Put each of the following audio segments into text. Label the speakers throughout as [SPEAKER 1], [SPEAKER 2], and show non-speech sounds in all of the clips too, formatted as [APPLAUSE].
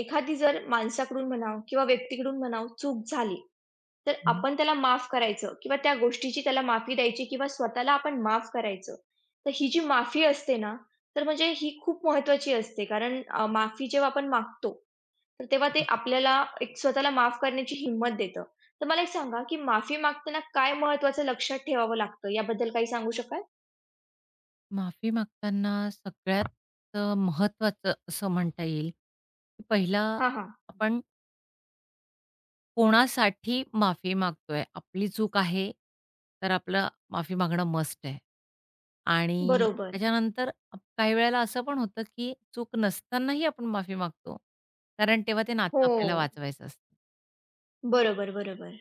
[SPEAKER 1] एखादी जर माणसाकडून म्हणावं किंवा व्यक्तीकडून म्हणावं चूक झाली, तर
[SPEAKER 2] हं.
[SPEAKER 1] आपण त्याला माफ करायचं किंवा त्या गोष्टीची त्याला माफी द्यायची किंवा स्वतःला आपण माफ करायचं. तर ही जी माफी असते ना, तर म्हणजे ही खूप महत्त्वाची असते. कारण माफी जेव्हा आपण मागतो, तर तेव्हा ते आपल्याला एक स्वतःला माफ करण्याची हिंमत देतं. तर मला एक सांगा, की माफी मागताना काय महत्त्वाचं लक्षात ठेवावं लागतं, याबद्दल काही सांगू शकाल?
[SPEAKER 2] माफी मागताना सगळ्यात महत्त्वाचं असं म्हणता येईल, की पहिला
[SPEAKER 1] हां, हां.
[SPEAKER 2] आपण कोणासाठी माफी मागतोय? आपली चूक आहे, तर आपलं माफी मागणं मस्ट आहे. आणि
[SPEAKER 1] बरोबर.
[SPEAKER 2] त्याच्यानंतर काही वेळेला असं पण होतं, की चूक नसतानाही आपण माफी मागतो. कारण तेव्हा ते नातं आपल्याला
[SPEAKER 1] हो.
[SPEAKER 2] वाचवायचं असतं.
[SPEAKER 1] बरोबर, बरोबर.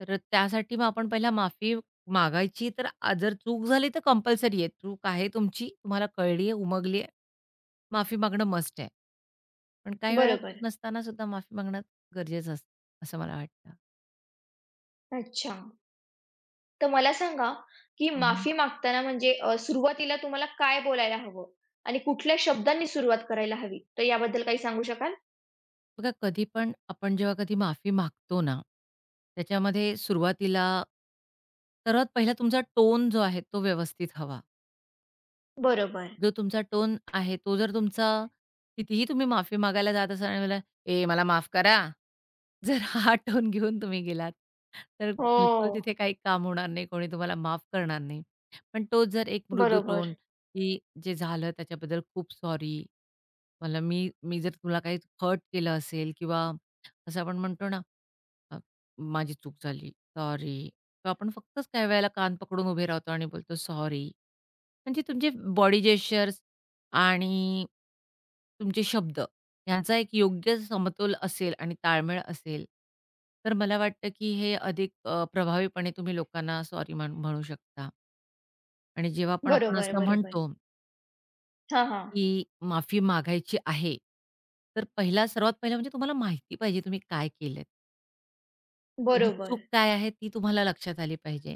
[SPEAKER 2] तर त्यासाठी मग आपण पहिला माफी मागायची. तर जर चूक झाली तर कंपल्सरी आहे. चूक आहे तुमची, तुम्हाला कळली आहे, उमगली आहे. माफी मागणं मस्ट आहे. पण काही वेळेला चूक
[SPEAKER 1] बरोबर.
[SPEAKER 2] नसताना सुद्धा माफी मागणं गरजेचं असतं, असं मला वाटतं.
[SPEAKER 1] अच्छा. तर मला सांगा, की
[SPEAKER 2] हं.
[SPEAKER 1] माफी मागताना म्हणजे सुरुवातीला तुम्हाला काय बोलायला हवं? आणि कुठल्या शब्दांनी सुरुवात करायला हवी? तर याबद्दल काही सांगू शकाल?
[SPEAKER 2] बघा कधी पण आपण जेव्हा कधी माफी मागतो ना, त्याच्यामध्ये सुरुवातीला सर्वात पहिला तुमचा टोन जो आहे तो व्यवस्थित हवा.
[SPEAKER 1] बरोबर.
[SPEAKER 2] जो तुमचा टोन आहे, तो जर तुमचा कितीही तुम्ही माफी मागायला जात असाल आणि मला, "ए, मला माफ करा." जर [LAUGHS] हा टोन घेऊन तुम्ही गेलात, तर
[SPEAKER 1] हो.
[SPEAKER 2] बिलकुल
[SPEAKER 1] हो.
[SPEAKER 2] तिथे काही काम होणार नाही, कोणी तुम्हाला माफ करणार नाही. पण तो जर एक मृदू
[SPEAKER 1] बरोबर.
[SPEAKER 2] टोन, की जे झालं त्याच्याबद्दल खूप सॉरी मला मी मी जर तुला काही हर्ट केलं असेल किंवा असं आपण म्हणतो ना, अ, माझी चूक झाली, सॉरी किंवा आपण फक्तच काही वेळेला कान पकडून उभे राहतो आणि बोलतो सॉरी. म्हणजे तुमचे बॉडी जेस्चर्स आणि तुमचे शब्द यांचा एक योग्य समतोल असेल आणि ताळमेळ असेल, तर मला वाटतं की हे अधिक प्रभावीपणे तुम्ही लोकांना सॉरी म्हणू शकता आणि जेव्हा पण आपण
[SPEAKER 1] बरोबर,
[SPEAKER 2] असं
[SPEAKER 1] बरोबर.
[SPEAKER 2] म्हणतो
[SPEAKER 1] हां, हां.
[SPEAKER 2] की माफी मागायची आहे. तर पहिला सर्वात पहिला म्हणजे तुम्हाला माहिती पाहिजे तुम्ही काय केलंत. तुमची
[SPEAKER 1] बरोबर.
[SPEAKER 2] चूक काय आहे ती तुम्हाला लक्षात आली पाहिजे.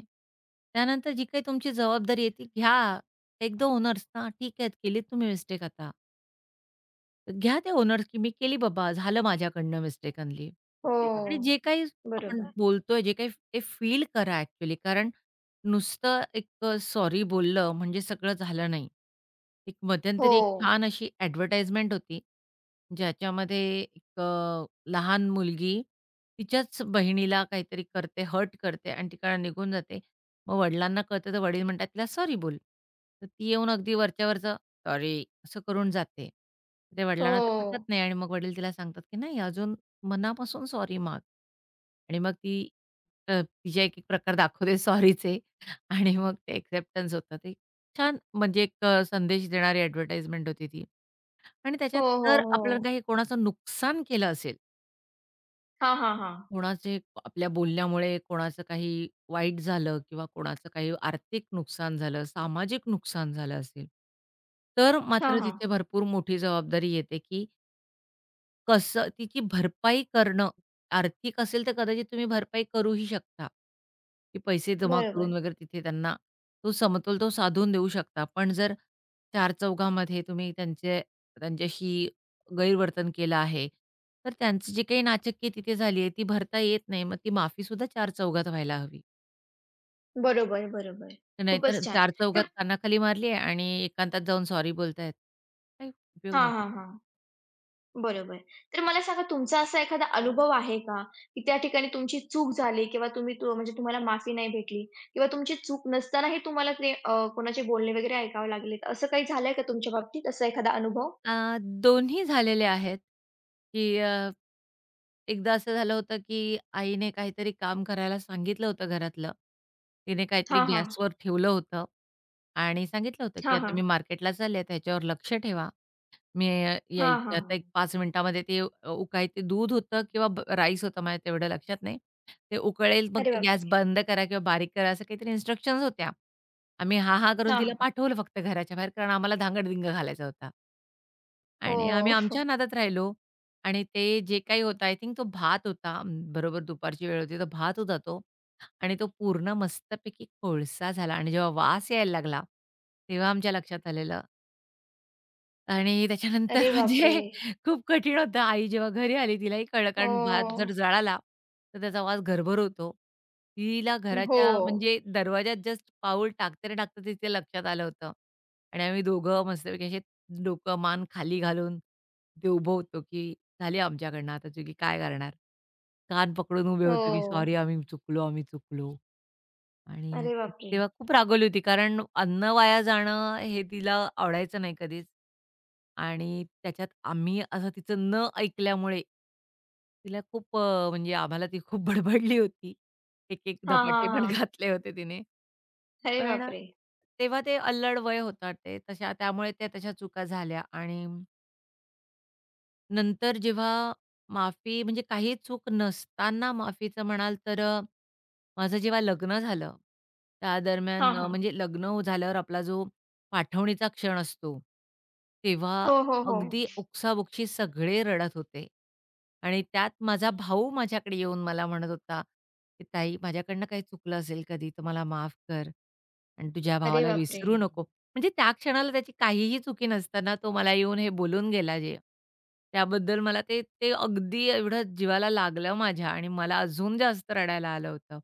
[SPEAKER 2] त्यानंतर जी काही तुमची जबाबदारी आहे ती घ्या. टेक द ओनर्स ना, ठीक आहे केलीत तुम्ही मिस्टेक आता. घ्या ते ओनर्स, की मी केली बाबा, झालं माझ्याकडनं मिस्टेकनली. आणि
[SPEAKER 1] हो.
[SPEAKER 2] जे काही आपण
[SPEAKER 1] बरोबर.
[SPEAKER 2] बोलतोय, जे काही ते फील करा ॲक्चुअली. कारण नुसतं एक सॉरी बोललं म्हणजे सगळं झालं नाही. एक
[SPEAKER 1] हो.
[SPEAKER 2] मध्यंतरी एक छान अशी ॲडव्हर्टाइजमेंट होती, ज्याच्यामध्ये एक लहान मुलगी तिच्याच बहिणीला काहीतरी करते, हर्ट करते आणि तिकडनं निघून जाते. मग वडिलांना कळतं, तर वडील म्हणतात, "तिला सॉरी बोल." तर ती येऊन अगदी वरच्या सॉरी, असं करून जाते. ते वडिलांना ते पटत
[SPEAKER 1] हो.
[SPEAKER 2] नाही आणि मग वडील तिला सांगतात, की नाही अजून मनापासून सॉरी माग. आणि मग ती तिचे एक-एक प्रकार दाखवते सॉरीचे आणि मग ते एक्सेप्टन्स होतं. ते छान म्हणजे एक संदेश देणारी एडव्हर्टाइजमेंट होती ती. आणि
[SPEAKER 1] हो,
[SPEAKER 2] त्याच्यात
[SPEAKER 1] हो,
[SPEAKER 2] जर आपल्याला
[SPEAKER 1] हो.
[SPEAKER 2] काही कोणाचं नुकसान केलं असेल
[SPEAKER 1] हां, हां, हां.
[SPEAKER 2] कोणाचे आपल्या बोलण्यामुळे कोणाचं काही वाईट झालं किंवा कोणाचं काही आर्थिक नुकसान झालं, सामाजिक नुकसान झालं असेल, तर
[SPEAKER 1] हां,
[SPEAKER 2] मात्र
[SPEAKER 1] हां.
[SPEAKER 2] तिथे भरपूर मोठी जबाबदारी येते, की कसं तिची भरपाई करणं, आर्थिक असेल तर कदाचित तुम्ही भरपाई करूही शकता, की पैसे जमा करून
[SPEAKER 1] बरोबर.
[SPEAKER 2] वगैरे तिथे त्यांना तो समतोल तो साधून देऊ शकता. पण जर चारचौघामध्ये तुम्ही त्यांच्याशी गैरवर्तन केलं आहे, तर त्यांची जी काही नाचक्की तिथे झाली आहे, ती भरता येत नाही. मग ती माफीसुद्धा चारचौघात व्हायला हवी.
[SPEAKER 1] बरोबर, बरोबर.
[SPEAKER 2] नाहीतर
[SPEAKER 1] खूपच छान.
[SPEAKER 2] चारचौघात
[SPEAKER 1] तर
[SPEAKER 2] कानाखाली मारली आहे आणि एकांतात जाऊन सॉरी बोलतायत. काही उपयोग
[SPEAKER 1] हां,
[SPEAKER 2] नाही
[SPEAKER 1] हां,
[SPEAKER 2] त्याचा.
[SPEAKER 1] हां. बरोबर. तर मला सांगा तुमचा असा एखादा अनुभव आहे का, की त्या ठिकाणी तुमची चूक झाली किंवा तुम्ही तो म्हणजे तुम्हाला माफी नाही भेटली किंवा तुमची चूक नसतानाही तुम्हाला ते कोणाचे बोलणे वगैरे ऐकावे लागले. तर असं काही झालंय का तुमच्या बाबतीत असा एखादा अनुभव?
[SPEAKER 2] दोन्ही झालेले आहेत, की एकदा असं झालं होतं, की आईने काहीतरी काम करायला सांगितलं होतं घरातलं. तिने काहीतरी
[SPEAKER 1] हां,
[SPEAKER 2] गॅसवर
[SPEAKER 1] हां.
[SPEAKER 2] ठेवलं होतं आणि सांगितलं होतं, की
[SPEAKER 1] हां,
[SPEAKER 2] "आता
[SPEAKER 1] हां.
[SPEAKER 2] मी मार्केटला चालले, तर ह्याच्यावर लक्ष ठेवा." मी
[SPEAKER 1] हां,
[SPEAKER 2] यायचे आता एक
[SPEAKER 1] हां.
[SPEAKER 2] 5 मिनिटामध्ये ते अ, उकाय ते दूध होतं किंवा राईस होता माझ्या तेवढं लक्षात नाही. ते उकळेल मग
[SPEAKER 1] अरे
[SPEAKER 2] ते गॅस
[SPEAKER 1] बापरे!
[SPEAKER 2] बंद करा किंवा बारीक करा असं काहीतरी इन्स्ट्रक्शन्स होत्या. आम्ही हां, हां करून
[SPEAKER 1] हां,
[SPEAKER 2] तिला
[SPEAKER 1] हां.
[SPEAKER 2] पाठवलं फक्त घराच्या बाहेर कारण आम्हाला धांगडधिंगा घालायचा होता. आणि आम्ही
[SPEAKER 1] हो. हो.
[SPEAKER 2] आमच्या नादात राहिलो आणि ते जे काही होतं आय थिंक तो भात होता. बरोबर दुपारची वेळ होती. तो भात होता तो आणि तो पूर्ण मस्तपैकी कोळसा झाला आणि जेव्हा वास यायला लागला, तेव्हा आमच्या लक्षात आलेलं आणि त्याच्यानंतर
[SPEAKER 1] अरे
[SPEAKER 2] [LAUGHS]
[SPEAKER 1] बापरे!
[SPEAKER 2] म्हणजे खूप कठीण होतं. आई जेव्हा घरी आली तिलाही कळलं कारण भात जर
[SPEAKER 1] हो.
[SPEAKER 2] जळाला, तर त्याचा वास घरभर होतो. तिला
[SPEAKER 1] हो.
[SPEAKER 2] घराच्या म्हणजे दरवाज्यात जस्ट पाऊल टाकता-टाकता तिच्या लक्षात आलं होतं. आणि आम्ही दोघं मस्तपैकी असे डोकं, मान खाली घालून ते उभं होतो, की झाली आमच्याकडनं आता चुकी काय करणार? कान पकडून उभे होतो, की "सॉरी
[SPEAKER 1] हो.
[SPEAKER 2] आम्ही चुकलो, आम्ही चुकलो." आणि
[SPEAKER 1] अरे
[SPEAKER 2] ती
[SPEAKER 1] बापरे!
[SPEAKER 2] तेव्हा खूप रागवली होती कारण अन्न वाया जाणं हे तिला आवडायचं नाही कधीच. आणि त्याच्यात आम्ही असं तिचं न ऐकल्यामुळे तिला खूप म्हणजे आम्हाला ती खूप बडबडली होती. एक-एक
[SPEAKER 1] हां, हां,
[SPEAKER 2] धपाटे पण
[SPEAKER 1] हां.
[SPEAKER 2] [LAUGHS] घातले होते तिने.
[SPEAKER 1] अरे
[SPEAKER 2] पण
[SPEAKER 1] बापरे!
[SPEAKER 2] तेव्हा ते अल्लड वय होतं ते तशा त्यामुळे त्या तशा चुका झाल्या आणि नंतर जेव्हा माफी म्हणजे काही चूक नसताना माफीचं म्हणाल तर माझं जेव्हा लग्न झालं, त्या
[SPEAKER 1] हां,
[SPEAKER 2] दरम्यान
[SPEAKER 1] हां.
[SPEAKER 2] म्हणजे लग्न झाल्यावर आपला जो पाठवणीचा क्षण असतो, तेव्हा
[SPEAKER 1] हो, हो, हो.
[SPEAKER 2] अगदी उक्साबुक्शी सगळे रडत होते आणि त्यात माझा भाऊ माझ्याकडे येऊन मला म्हणत होता, की "ताई माझ्याकडनं काही चुकलं असेल कधी तर मला माफ कर आणि तुझ्या
[SPEAKER 1] अरे
[SPEAKER 2] भावाला
[SPEAKER 1] बापरे!
[SPEAKER 2] विसरू नको." म्हणजे त्या क्षणाला त्याची काहीही चुकी नसताना तो मला येऊन हे बोलून गेला जे, त्याबद्दल मला ते ते अगदी एवढं जीवाला लागलं माझ्या आणि मला अजून जास्त रडायला आलं होतं.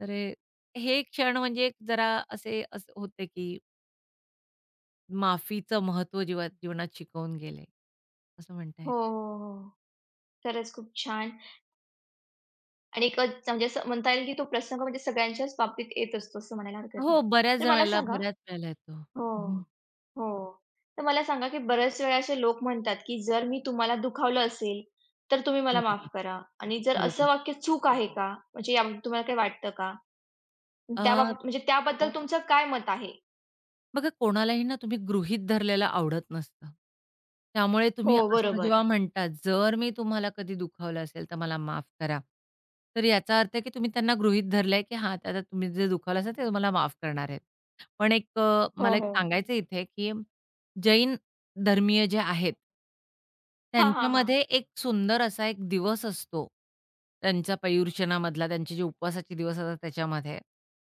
[SPEAKER 2] तर हे हे क्षण म्हणजे एक जरा असे असे होते, की माफीचं महत्त्व जीवनात शिकवून गेले, असं म्हणता
[SPEAKER 1] हो,
[SPEAKER 2] येईल.
[SPEAKER 1] हो, हो. खरंच खूप छान. आणि एक म्हणजे असं म्हणता येईल की तो प्रसंग म्हणजे सगळ्यांच्याच बाबतीत येत असतो असं म्हणायला हरकत नाही.
[SPEAKER 2] हो,
[SPEAKER 1] तर
[SPEAKER 2] बऱ्याच
[SPEAKER 1] मला
[SPEAKER 2] वेळेला
[SPEAKER 1] सांगा
[SPEAKER 2] बऱ्याच वेळेला येतो.
[SPEAKER 1] हो.
[SPEAKER 2] हं,
[SPEAKER 1] हो. तर मला सांगा की बऱ्याच वेळा असे लोक म्हणतात की जर मी तुम्हाला दुखावलं असेल, तर तुम्ही मला माफ
[SPEAKER 2] बरोबर,
[SPEAKER 1] करा आणि जर असं
[SPEAKER 2] बरोबर.
[SPEAKER 1] वाक्य चूक आहे का? म्हणजे याबाबत तुम्हाला काही वाटतं का? त्याबाबत म्हणजे त्याबद्दल हो. तुमचं काय मत आहे?
[SPEAKER 2] बघा कोणालाही ना तुम्ही गृहीत धरलेलं आवडत नसतं. त्यामुळे
[SPEAKER 1] हो,
[SPEAKER 2] तुम्ही असं
[SPEAKER 1] बरोबर.
[SPEAKER 2] जेव्हा म्हणता, "जर मी तुम्हाला कधी दुखावलं असेल तर मला माफ करा." तर याचा अर्थ आहे की तुम्ही त्यांना गृहीत धरलंय की हां, आता तुम्ही जे दुखावलं असेल ते तुम्हाला माफ करणार आहेत. पण एक
[SPEAKER 1] हो,
[SPEAKER 2] मला एक
[SPEAKER 1] हो. हं.
[SPEAKER 2] सांगायचं इथे की जैन धर्मीय जे आहेत
[SPEAKER 1] हां, हां, हां.
[SPEAKER 2] त्यांच्यामध्ये एक सुंदर असा एक दिवस असतो. त्यांचा पर्युषणामधला, त्यांचे जे उपवासाचे दिवस असतात त्याच्यामध्ये.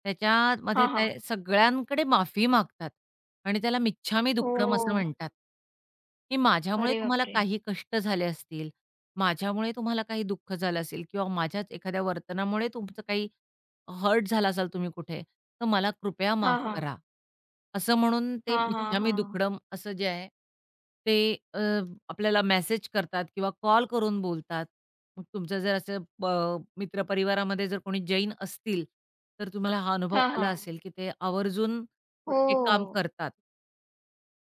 [SPEAKER 2] त्याच्यामध्ये
[SPEAKER 1] हां,
[SPEAKER 2] ते सगळ्यांकडे माफी मागतात आणि त्याला मिच्छामी दुक्कडम असं
[SPEAKER 1] हो.
[SPEAKER 2] म्हणतात, की माझ्यामुळे
[SPEAKER 1] अरे
[SPEAKER 2] तुम्हाला
[SPEAKER 1] बापरे!
[SPEAKER 2] काही कष्ट झाले असतील, माझ्यामुळे तुम्हाला काही दुःख झालं असेल किंवा माझ्याच एखाद्या वर्तनामुळे तुमचं काही हर्ट झाला असाल तुम्ही कुठे, तर मला कृपया माफ
[SPEAKER 1] हां, हां.
[SPEAKER 2] करा. असं म्हणून ते
[SPEAKER 1] हां, हां,
[SPEAKER 2] मिच्छामी
[SPEAKER 1] हां.
[SPEAKER 2] दुक्कडम असं जे आहे, ते आपल्याला मेसेज करतात किंवा कॉल करून बोलतात. मग तुमचं जर असं मित्रपरिवारामध्ये जर कोणी जैन असतील, तर तुम्हाला हा अनुभव
[SPEAKER 1] हां,
[SPEAKER 2] आला
[SPEAKER 1] हां.
[SPEAKER 2] असेल, की ते आवर्जून
[SPEAKER 1] हो.
[SPEAKER 2] हे काम करतात.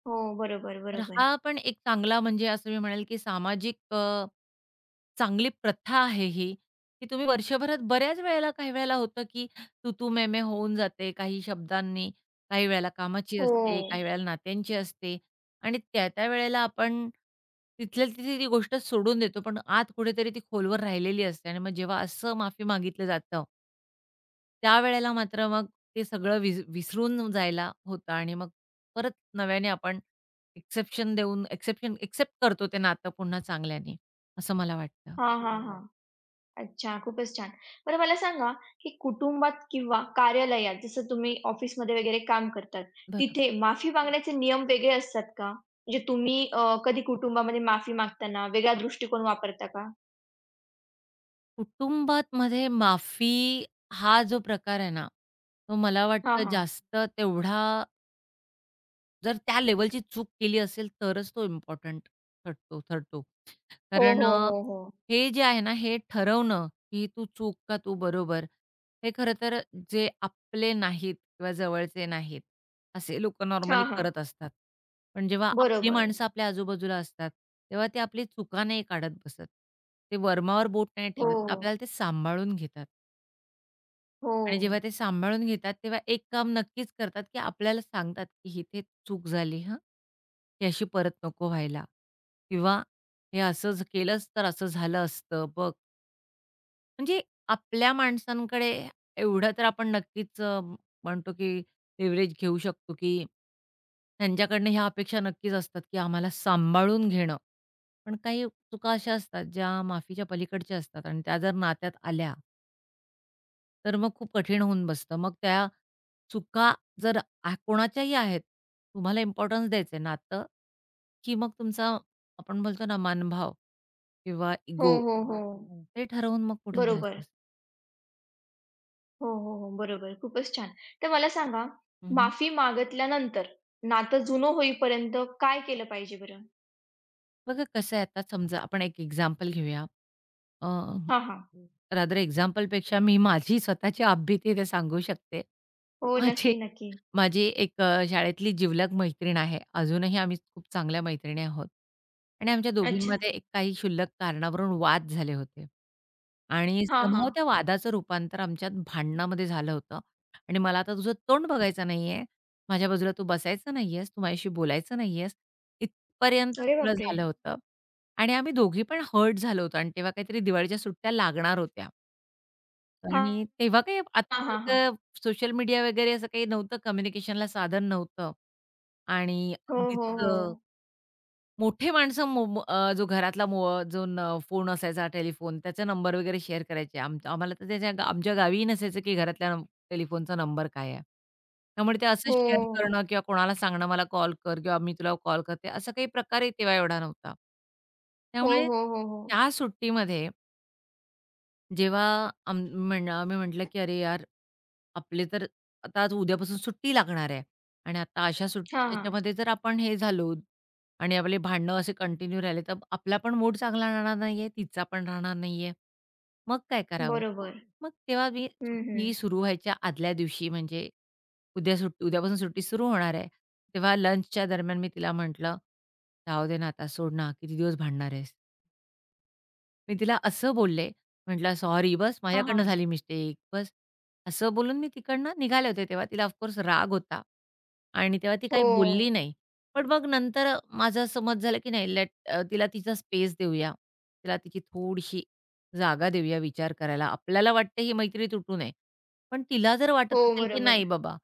[SPEAKER 1] हो, बरोबर,
[SPEAKER 2] तर
[SPEAKER 1] बरोबर.
[SPEAKER 2] हा पण एक चांगला म्हणजे असं मी म्हणेल, की सामाजिक चांगली प्रथा आहे ही, की तुम्ही वर्षभरात बऱ्याच वेळेला काही वेळेला होतं, की तू-तू, मैं-मैं होऊन जाते काही शब्दांनी, काही वेळेला कामाची असते, काही
[SPEAKER 1] हो.
[SPEAKER 2] वेळेला नात्यांची असते आणि त्या-त्या वेळेला आपण तिथल्या तिथे ती गोष्ट सोडून देतो, पण आत कुठेतरी ती खोलवर राहिलेली असते आणि मग जेव्हा असं माफी मागितलं जातं त्यावेळेला मात्र मग ते सगळं विसरून जायला होतं आणि मग परत नव्याने आपण एक्सेप्शन देऊन एक्सेप्शन एक्सेप्ट करतो ते नातं पुन्हा चांगल्याने, असं मला वाटतं.
[SPEAKER 1] हां, हां, हां. अच्छा, खूपच छान. बरं मला सांगा, की कुटुंबात किंवा कार्यालयात जसं तुम्ही ऑफिसमध्ये वगैरे काम करतात, तिथे
[SPEAKER 2] बरोबर.
[SPEAKER 1] माफी मागण्याचे नियम वेगळे असतात का? म्हणजे तुम्ही कधी कुटुंबामध्ये माफी मागताना वेगळा दृष्टिकोन वापरता का?
[SPEAKER 2] कुटुंबात मध्ये माफी हा जो प्रकार आहे ना, तो मला
[SPEAKER 1] हां,
[SPEAKER 2] वाटतं
[SPEAKER 1] हां.
[SPEAKER 2] जास्त तेवढा जर त्या लेव्हलची चूक केली असेल तरच तो इम्पोर्टंट ठरतो ठरतो.
[SPEAKER 1] हो,
[SPEAKER 2] कारण
[SPEAKER 1] हो, हो, हो.
[SPEAKER 2] हे जे आहे ना, हे ठरवणं, की तू चूक का तू बरोबर, हे खरं तर जे आपले नाहीत किंवा जवळचे नाहीत, असे लोकं नॉर्मली
[SPEAKER 1] हां, हां.
[SPEAKER 2] करत असतात. पण जेव्हा आपली
[SPEAKER 1] बरोबर.
[SPEAKER 2] माणसं आपल्या आजूबाजूला असतात, तेव्हा ते आपली चुका नाही काढत बसत. ते वरमावर बोट नाही
[SPEAKER 1] हो,
[SPEAKER 2] ठेवत.
[SPEAKER 1] हो.
[SPEAKER 2] आपल्याला ते सांभाळून घेतात. आणि जेव्हा ते सांभाळून घेतात, तेव्हा एक काम नक्कीच करतात, की आपल्याला सांगतात, की "इथे चूक झाली हां. हे अशी परत नको व्हायला." किंवा "हे असं ज केलंस तर असं झालं असतं बघ." म्हणजे आपल्या माणसांकडे एवढं तर आपण नक्कीच म्हणतो, की लिव्हरेज घेऊ शकतो, की त्यांच्याकडनं ह्या अपेक्षा नक्कीच असतात, की आम्हाला सांभाळून घेणं. पण काही चुका अशा असतात, ज्या माफीच्या पलीकडच्या असतात आणि त्या जर नात्यात आल्या तर मग खूप कठीण होऊन बसतं. मग त्या चुका जर कोणाच्याही आहेत, तुम्हाला इम्पोर्टन्स द्यायचं आहे नातं, की मग तुमचा आपण बोलतो ना मनभाव किंवा
[SPEAKER 1] हो,
[SPEAKER 2] इगो
[SPEAKER 1] हो, हो.
[SPEAKER 2] ते ठरवून मग पुढे जायचं
[SPEAKER 1] बरोबर.
[SPEAKER 2] असतं.
[SPEAKER 1] हो, हो, हो. बरोबर. खूपच छान. तर मला सांगा,
[SPEAKER 2] हं, हं.
[SPEAKER 1] माफी मागितल्यानंतर नातं जुनं होईपर्यंत काय केलं पाहिजे बरं?
[SPEAKER 2] बघा कसं आहे आता समजा आपण एक एक्झाम्पल घेऊया. अ,
[SPEAKER 1] हां, हां.
[SPEAKER 2] रादर एक्झाम्पलपेक्षा मी माझी स्वतःची आभीती इथे सांगू शकते.
[SPEAKER 1] हो,
[SPEAKER 2] माझी
[SPEAKER 1] नक्की, नक्की.
[SPEAKER 2] माझी एक शाळेतली जिवलग मैत्रीण आहे. अजूनही आम्ही खूप चांगल्या मैत्रिणी आहोत. आणि आमच्या
[SPEAKER 1] अच्छा.
[SPEAKER 2] दोघींमध्ये एक काही क्षुल्लक कारणावरून वाद झाले होते. आणि
[SPEAKER 1] हां,
[SPEAKER 2] समहाऊ
[SPEAKER 1] हां.
[SPEAKER 2] त्या वादाचं रूपांतर आमच्यात भांडणामध्ये झालं होतं. आणि मला आता तुझं तोंड बघायचं नाहीये, माझ्या बाजूला तू बसायचा नाहीयेस, तू माझ्याशी बोलायचं नाहीयेस, इथपर्यंत
[SPEAKER 1] अरे
[SPEAKER 2] सगळं
[SPEAKER 1] बापरे!
[SPEAKER 2] झालं होतं. आणि आम्ही दोघी पण हर्ट झालो होतो आणि तेव्हा काहीतरी दिवाळीच्या सुट्ट्या लागणार होत्या.
[SPEAKER 1] हां,
[SPEAKER 2] आणि तेव्हा काही
[SPEAKER 1] हां, हां, हां.
[SPEAKER 2] आत्तासारखं सोशल मीडिया वगैरे असं काही नव्हतं, कम्युनिकेशनला साधन नव्हतं. आणि
[SPEAKER 1] हो, हो,
[SPEAKER 2] अगदीच
[SPEAKER 1] हो.
[SPEAKER 2] मोठे माणसं मो मो अ, जो घरातला मो जो न फोन असायचा टेलिफोन त्याचा नंबर वगैरे शेअर करायचे. आम्हाला तर आमच्या गावीही नसायचं, की घरातल्या टेलिफोनचा नंबर काय आहे? त्यामुळे ते असं शेअर
[SPEAKER 1] हो.
[SPEAKER 2] करणं किंवा कोणाला सांगणं मला कॉल कर किंवा मी तुला कॉल करते, असा काही प्रकारही तेव्हा एवढा नव्हता.
[SPEAKER 1] हो,
[SPEAKER 2] त्यामुळे
[SPEAKER 1] हो, हो, हो.
[SPEAKER 2] त्या सुट्टीमध्ये जेव्हा आम म्हण आम्ही म्हटलं, की "अरे यार, आपले तर आता आज उद्यापासून सुट्टी लागणार आहे आणि आता अशा सुट्टीच्या
[SPEAKER 1] हां, हं. हां.
[SPEAKER 2] ह्याच्यामध्ये जर आपण हे झालो आणि आपले भांडणं असे कंटिन्यू राहिले, तर आपला पण मूड चांगला राहणार नाही आहे, तिचा पण राहणार नाही मग काय करावं?"
[SPEAKER 1] बरोबर.
[SPEAKER 2] मग तेव्हा मी
[SPEAKER 1] हं, हं.
[SPEAKER 2] सुट्टी सुरू व्हायच्या आदल्या दिवशी म्हणजे उद्यापासून सुट्टी सुरू होणार आहे. तेव्हा लंचच्या दरम्यान मी तिला म्हटलं, "जाऊ दे ना, आता सोड ना, किती दिवस भांडणार आहेस?" मी तिला असं बोलले, म्हटलं, "सॉरी बस,
[SPEAKER 1] हां,
[SPEAKER 2] माझ्याकडनं झाली
[SPEAKER 1] हां.
[SPEAKER 2] मिस्टेक, बस." असं बोलून मी तिकडनं निघाले होते. तेव्हा तिला ऑफकोर्स राग होता आणि तेव्हा ती
[SPEAKER 1] हो.
[SPEAKER 2] काही बोलली नाही. पण मग नंतर माझं असं मत झालं, की नाही लेट तिला तिचा स्पेस देऊया. तिला तिची थोडीशी जागा देऊया विचार करायला. आपल्याला वाटतं ही मैत्री तुटू नये. पण तिला जर वाटत
[SPEAKER 1] हो,
[SPEAKER 2] असेल, की
[SPEAKER 1] बरोबर.
[SPEAKER 2] नाही बाबा,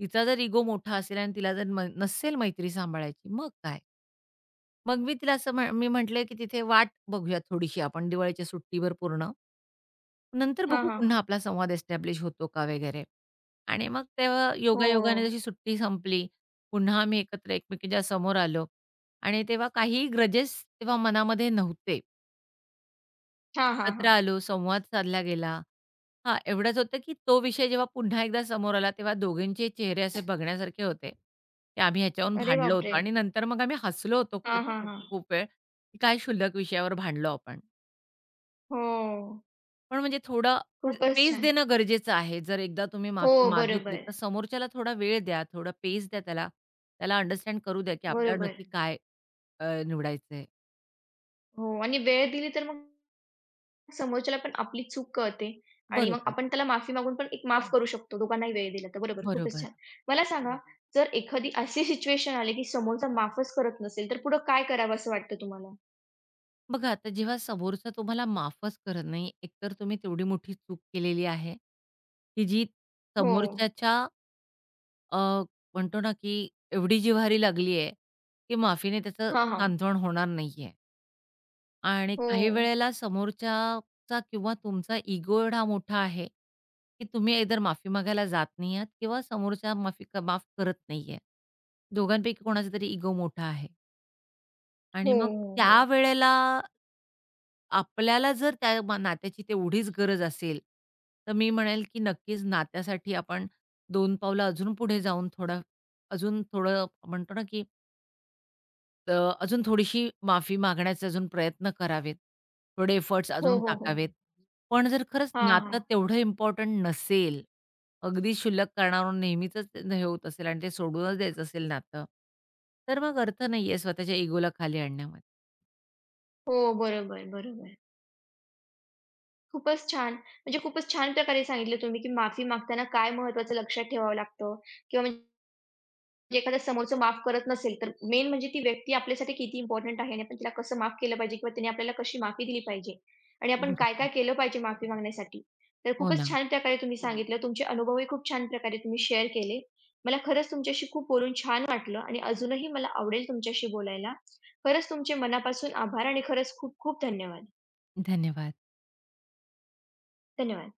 [SPEAKER 2] तिचा जर इगो मोठा असेल आणि तिला जर नसेल मैत्री सांभाळायची, मग काय? मग मी तिला असं मी म्हटलं, की "तिथे वाट बघूया थोडीशी आपण दिवाळीच्या सुट्टीवर पूर्ण. नंतर
[SPEAKER 1] हां,
[SPEAKER 2] बघू
[SPEAKER 1] हां, हां.
[SPEAKER 2] पुन्हा आपला संवाद एस्टॅब्लिश होतो का वगैरे." आणि मग तेव्हा
[SPEAKER 1] हो.
[SPEAKER 2] योगायोगाने जशी सुट्टी संपली, पुन्हा आम्ही एकत्र एकमेकींच्या समोर आलो आणि तेव्हा काहीही ग्रजेस तेव्हा मनामध्ये नव्हते.
[SPEAKER 1] हां, हां,
[SPEAKER 2] एकत्र
[SPEAKER 1] हां.
[SPEAKER 2] आलो, संवाद साधला गेला. हां, एवढंच होतं की तो विषय जेव्हा पुन्हा एकदा समोर आला, तेव्हा दोघींचे चेहरे असे बघण्यासारखे होते, की आम्ही ह्याच्यावरून
[SPEAKER 1] अरे
[SPEAKER 2] भांडलो
[SPEAKER 1] बापरे!
[SPEAKER 2] होतो
[SPEAKER 1] हं.
[SPEAKER 2] आणि नंतर मग आम्ही हसलो होतो
[SPEAKER 1] हां,
[SPEAKER 2] खूप,
[SPEAKER 1] हां,
[SPEAKER 2] खूप वेळ, की काय क्षुल्लक विषयावर भांडलो आपण.
[SPEAKER 1] हो.
[SPEAKER 2] पण म्हणजे थोडं
[SPEAKER 1] खूपच
[SPEAKER 2] पेस
[SPEAKER 1] छान.
[SPEAKER 2] देणं गरजेचं आहे. जर एकदा तुम्ही
[SPEAKER 1] हो,
[SPEAKER 2] माफी मागितली,
[SPEAKER 1] बरोबर,
[SPEAKER 2] तर समोरच्याला थोडा वेळ द्या, थोडा पेस द्या त्याला. त्याला अंडरस्टँड करू द्या, की आपल्याला
[SPEAKER 1] बरोबर.
[SPEAKER 2] नक्की काय निवडायचंय.
[SPEAKER 1] हो आणि वेळ दिली तर मग समोरच्याला पण आपली चूक कळते आणि मग
[SPEAKER 2] बरोबर,
[SPEAKER 1] आपण त्याला माफी मागून पण एक माफ करू शकतो दोघांनाही वेळ दिला तर. बरोबर, खूपच
[SPEAKER 2] बरोबर.
[SPEAKER 1] छान. मला सांगा, जर एखादी अशी सिच्युएशन आली की समोरचा माफच करत नसेल, तर पुढे काय करावं असं वाटतं तुम्हाला?
[SPEAKER 2] बघा आता जेव्हा समोरचा तुम्हाला माफच करत नाही, एकतर तुम्ही तेवढी मोठी चूक केलेली आहे, की जी
[SPEAKER 1] हो.
[SPEAKER 2] समोरच्याच्या अ, म्हणतो ना, की एवढी जिव्हारी लागली आहे, की माफीने त्याचं
[SPEAKER 1] हां, हां.
[SPEAKER 2] सांत्वन होणार नाहीये. आणि काही
[SPEAKER 1] हो.
[SPEAKER 2] वेळेला समोरच्याचा किंवा तुमचा इगो एवढा मोठा आहे, की तुम्ही आयदर माफी मागायला जात नाही आहात किंवा समोरचा माफी माफ करत नाहीये. दोघांपैकी कोणाचा तरी इगो मोठा आहे
[SPEAKER 1] हो,
[SPEAKER 2] आणि मग
[SPEAKER 1] हो, हो.
[SPEAKER 2] त्यावेळेला आपल्याला जर त्या नात्याची तेवढीच गरज असेल, तर मी म्हणेल, की नक्कीच नात्यासाठी आपण दोन पावलं अजून पुढे जाऊन थोडा अजून थोडं म्हणतो ना, की अ, अजून थोडीशी माफी मागण्याचे अजून प्रयत्न करावेत. थोडे एफर्ट्स
[SPEAKER 1] हो,
[SPEAKER 2] अजून
[SPEAKER 1] हो, हो.
[SPEAKER 2] टाकावेत. पण जर खरंच
[SPEAKER 1] हां,
[SPEAKER 2] नातं
[SPEAKER 1] हां.
[SPEAKER 2] तेवढं इम्पोर्टंट नसेल, अगदी शुल्लक कारणावरून नेहमीचंच हे होत असेल आणि ते सोडूनच द्यायचं असेल नातं, तर मग अर्थ नाहीये स्वतःच्या इगोला खाली आणण्यामध्ये.
[SPEAKER 1] हो, बरोबर, बरोबर. खूपच छान. म्हणजे खूपच छान प्रकारे सांगितलं तुम्ही की माफी मागताना काय महत्त्वाचं लक्षात ठेवावं लागतं किंवा म्हणजे म्हणजे एखाद्या समोरचं माफ करत नसेल, तर मेन म्हणजे ती व्यक्ती आपल्यासाठी किती इम्पॉर्टंट आहे आणि आपण तिला कसं माफ केलं पाहिजे किंवा तिने आपल्याला कशी माफी दिली पाहिजे आणि आपण काय-काय
[SPEAKER 2] बरोबर.
[SPEAKER 1] केलं पाहिजे माफी मागण्यासाठी. तर
[SPEAKER 2] हो
[SPEAKER 1] खूपच
[SPEAKER 2] ना.
[SPEAKER 1] छान प्रकारे तुम्ही सांगितलं. तुमचे अनुभवही खूप छान प्रकारे तुम्ही शेअर केले. मला खरंच तुमच्याशी खूप बोलून छान वाटलं आणि अजूनही मला आवडेल तुमच्याशी बोलायला. खरंच तुमचे मनापासून आभार आणि खरंच खूप खूप धन्यवाद.
[SPEAKER 2] धन्यवाद.
[SPEAKER 1] धन्यवाद.